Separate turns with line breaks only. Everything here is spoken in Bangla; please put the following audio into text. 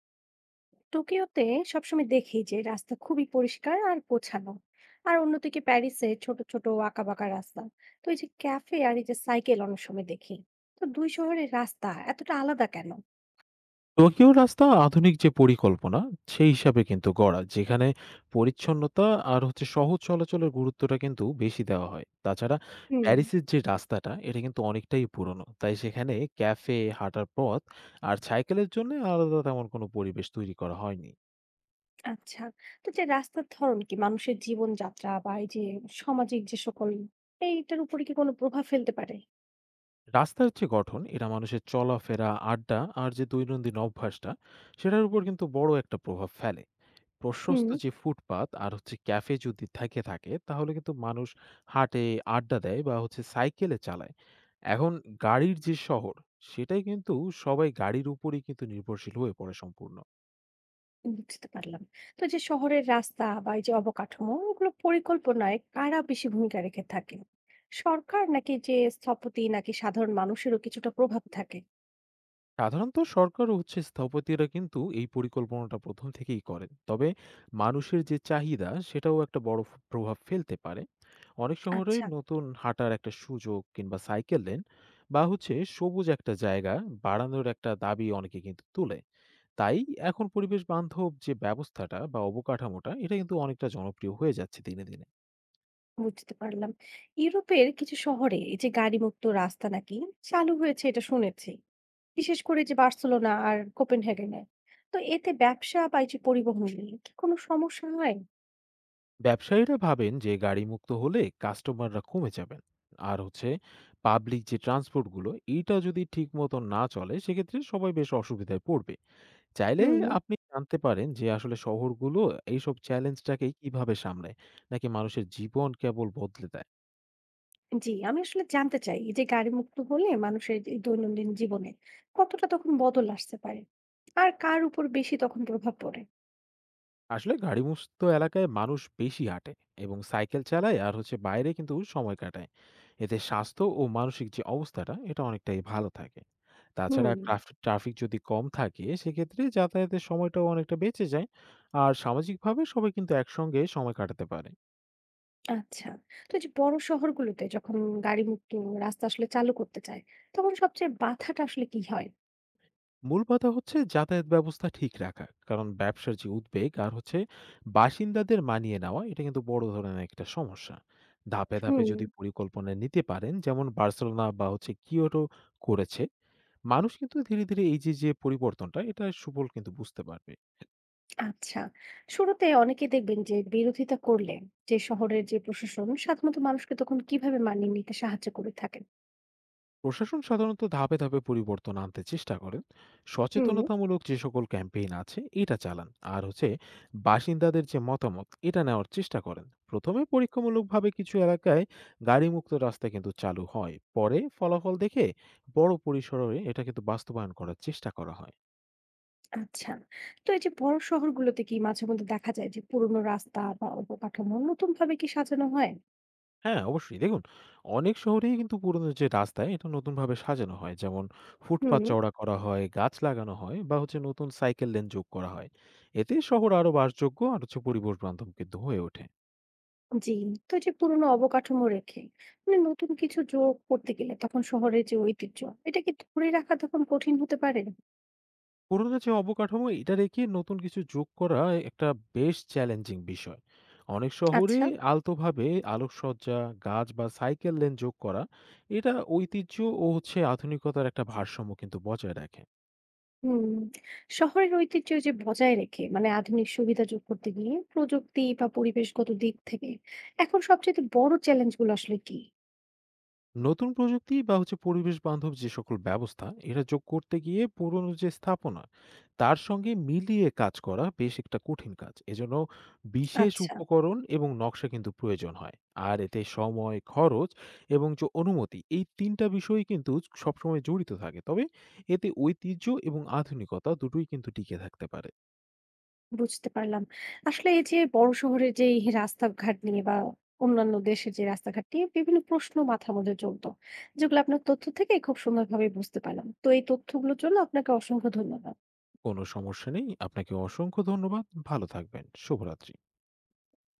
টোকিওতে সবসময় দেখি যে রাস্তা খুবই পরিষ্কার আর গোছানো। আর অন্যদিকে প্যারিসে ছোট ছোট আঁকা বাঁকা রাস্তা, তো এই যে ক্যাফে আর এই যে সাইকেল অনেক সময় দেখি। তো দুই শহরের রাস্তা এতটা আলাদা কেন?
টোকিও রাস্তা আধুনিক যে পরিকল্পনা সেই হিসাবে কিন্তু গড়া, যেখানে পরিচ্ছন্নতা আর হচ্ছে সহজ চলাচলের গুরুত্বটা কিন্তু বেশি দেওয়া হয়। তাছাড়া
হুম।
প্যারিসের যে রাস্তাটা, এটা কিন্তু অনেকটাই পুরনো, তাই সেখানে ক্যাফে, হাঁটার পথ আর সাইকেলের জন্য আলাদা তেমন কোনো পরিবেশ তৈরি করা হয়নি।
আচ্ছা, তো যে রাস্তার ধরন কি মানুষের জীবনযাত্রা বা এই যে সামাজিক যে সকল এইটার উপরে কি কোনো প্রভাব ফেলতে পারে?
রাস্তার যে গঠন, এটা মানুষের চলাফেরা, আড্ডা আর যে দৈনন্দিন অভ্যাসটা, সেটার উপর কিন্তু বড় একটা প্রভাব ফেলে।
হুম।
প্রশস্ত যে ফুটপাত আর হচ্ছে ক্যাফে যদি থেকে থাকে, তাহলে কিন্তু মানুষ হাঁটে, আড্ডা দেয় বা হচ্ছে সাইকেলে চালায়। এখন গাড়ির যে শহর সেটাই কিন্তু, সবাই গাড়ির উপরেই কিন্তু নির্ভরশীল হয়ে পড়ে সম্পূর্ণ।
বুঝতে পারলাম। তো যে শহরের রাস্তা বা এই যে অবকাঠামো ওগুলো পরিকল্পনায় কারা বেশি ভূমিকা রেখে থাকে? সরকার নাকি যে স্থপতি নাকি সাধারণ মানুষেরও কিছুটা প্রভাব থাকে?
সাধারণত সরকার ও হচ্ছে স্থপতিরা কিন্তু এই পরিকল্পনাটা ১ম থেকেই করেন। তবে মানুষের যে চাহিদা, সেটাও একটা বড় প্রভাব ফেলতে পারে। অনেক শহরে
আচ্ছা।
নতুন হাঁটার একটা সুযোগ কিংবা সাইকেল লেন বা হচ্ছে সবুজ একটা জায়গা বাড়ানোর একটা দাবি অনেকে কিন্তু তুলে। তাই এখন পরিবেশ বান্ধব যে ব্যবস্থাটা বা অবকাঠামোটা, এটা কিন্তু অনেকটা জনপ্রিয় হয়ে যাচ্ছে দিনে দিনে।
বুঝতে পারলাম। ইউরোপের কিছু শহরে এই যে গাড়িমুক্ত রাস্তা নাকি চালু হয়েছে এটা শুনেছি। বিশেষ করে যে বার্সেলোনা আর কোপেনহেগেনে। তো এতে ব্যবসা বা এই যে পরিবহন নিয়ে কি কোনো সমস্যা হয়?
ব্যবসায়ীরা ভাবেন যে গাড়ি মুক্ত হলে কাস্টমাররা কমে যাবেন, আর হচ্ছে পাবলিক যে ট্রান্সপোর্টগুলো, এইটা যদি ঠিক মতো না চলে, সেক্ষেত্রে সবাই বেশ অসুবিধায় পড়বে। চাইলে
হুম।
আপনি জানতে পারেন যে আসলে শহরগুলো এইসব চ্যালেঞ্জটাকে কিভাবে সামলায়, নাকি মানুষের জীবন কেবল বদলে দেয়।
জি, আমি আসলে জানতে চাই এই যে গাড়ি মুক্ত হলে মানুষের এই দৈনন্দিন জীবনে কতটা তখন বদল আসতে পারে আর কার উপর বেশি তখন প্রভাব পড়ে।
আসলে গাড়ি মুক্ত এলাকায় মানুষ বেশি হাঁটে এবং সাইকেল চালায় আর হচ্ছে বাইরে কিন্তু সময় কাটায়। এতে স্বাস্থ্য ও মানসিক যে অবস্থাটা, এটা অনেকটাই ভালো থাকে। তাছাড়া
হুম।
ট্রাফিক যদি কম থাকে, সেক্ষেত্রে যাতায়াতের সময়টাও অনেকটা বেঁচে যায়। আর সামাজিকভাবে সবাই কিন্তু একসঙ্গে সময় কাটাতে পারে।
আচ্ছা, তো এই যে বড় শহরগুলোতে যখন গাড়ি মুক্ত রাস্তা আসলে চালু করতে চায় তখন সবচেয়ে বাধাটা আসলে কি হয়?
মূল বাধা হচ্ছে যাতায়াত ব্যবস্থা ঠিক রাখা। কারণ ব্যবসার যে উদ্বেগ আর হচ্ছে বাসিন্দাদের মানিয়ে নেওয়া, এটা কিন্তু বড় ধরনের একটা সমস্যা। ধাপে, ধাপে
হুম।
যদি পরিকল্পনা নিতে পারেন, যেমন বার্সেলোনা বা হচ্ছে কিয়োটো করেছে, মানুষ কিন্তু ধীরে, ধীরে এই যে, যে পরিবর্তনটা, এটা সুফল কিন্তু বুঝতে পারবে।
আচ্ছা, শুরুতে অনেকে দেখবেন যে বিরোধিতা করলে যে শহরের যে প্রশাসন সাধারণত মানুষকে তখন কিভাবে মানিয়ে নিতে সাহায্য করে থাকেন?
প্রশাসন সাধারণত ধাপে ধাপে পরিবর্তন আনতে চেষ্টা করেন,
হুম।
সচেতনতামূলক যে সকল ক্যাম্পেইন আছে এটা চালান আর হচ্ছে বাসিন্দাদের যে মতামত, এটা নেওয়ার চেষ্টা করেন। প্রথমে পরীক্ষামূলকভাবে কিছু এলাকায় গাড়িমুক্ত রাস্তা কিন্তু চালু হয়, পরে ফলাফল দেখে বড় পরিসরে এটা কিন্তু বাস্তবায়ন করার চেষ্টা করা হয়।
আচ্ছা। তো এই যে বড় শহরগুলোতে কি মাঝে মধ্যে দেখা যায় যে পুরোনো রাস্তা বা অবকাঠামো নতুন ভাবে কি সাজানো হয়?
হ্যাঁ, অবশ্যই। দেখুন, অনেক শহরেই কিন্তু পুরোনো যে রাস্তা, এটা নতুনভাবে সাজানো হয়। যেমন ফুটপাত
হুম।
চওড়া করা হয়, গাছ লাগানো হয় বা হচ্ছে নতুন সাইকেল লেন যোগ করা হয়। এতে শহর আরো বাসযোগ্য আর হচ্ছে পরিবেশ বান্ধব কিন্তু হয়ে ওঠে।
জি। তো এই যে পুরোনো অবকাঠামো রেখে মানে নতুন কিছু যোগ করতে গেলে তখন শহরের যে ঐতিহ্য এটা কি ধরে রাখা তখন কঠিন হতে পারে?
পুরোনো যে অবকাঠামো, এটা রেখে নতুন কিছু যোগ করা একটা বেশ চ্যালেঞ্জিং বিষয়। অনেক শহরে
আচ্ছা।
আলতোভাবে আলোকসজ্জা, গাছ বা সাইকেল লেন যোগ করা, এটা ঐতিহ্য ও হচ্ছে আধুনিকতার একটা ভারসাম্য কিন্তু বজায় রাখে।
হুম। শহরের ঐতিহ্য যে বজায় রেখে মানে আধুনিক সুবিধা যোগ করতে গিয়ে প্রযুক্তি বা পরিবেশগত দিক থেকে এখন সবচেয়ে বড় চ্যালেঞ্জগুলো আসলে কি?
নতুন প্রযুক্তি বা হচ্ছে পরিবেশ বান্ধব যে সকল ব্যবস্থা এরা যোগ করতে গিয়ে পুরনো যে স্থাপনা, তার সঙ্গে মিলিয়ে কাজ করা বেশ একটা কঠিন কাজ। এজন্য বিশেষ
আচ্ছা।
উপকরণ এবং নকশা কিন্তু প্রয়োজন হয়। আর এতে সময়, খরচ এবং যে অনুমতি, এই তিনটা বিষয় কিন্তু সবসময় জড়িত থাকে। তবে এতে ঐতিহ্য এবং আধুনিকতা দুটোই কিন্তু টিকে থাকতে পারে।
বুঝতে পারলাম। আসলে এই যে বড় শহরের যে এই রাস্তাঘাট নিয়ে বা অন্যান্য দেশের যে রাস্তাঘাট নিয়ে বিভিন্ন প্রশ্ন মাথার মধ্যে চলত। যেগুলো আপনার তথ্য থেকে খুব সুন্দরভাবে বুঝতে পারলাম। তো এই তথ্যগুলোর জন্য আপনাকে অসংখ্য ধন্যবাদ।
কোনো সমস্যা নেই, আপনাকে অসংখ্য ধন্যবাদ। ভালো থাকবেন, শুভরাত্রি।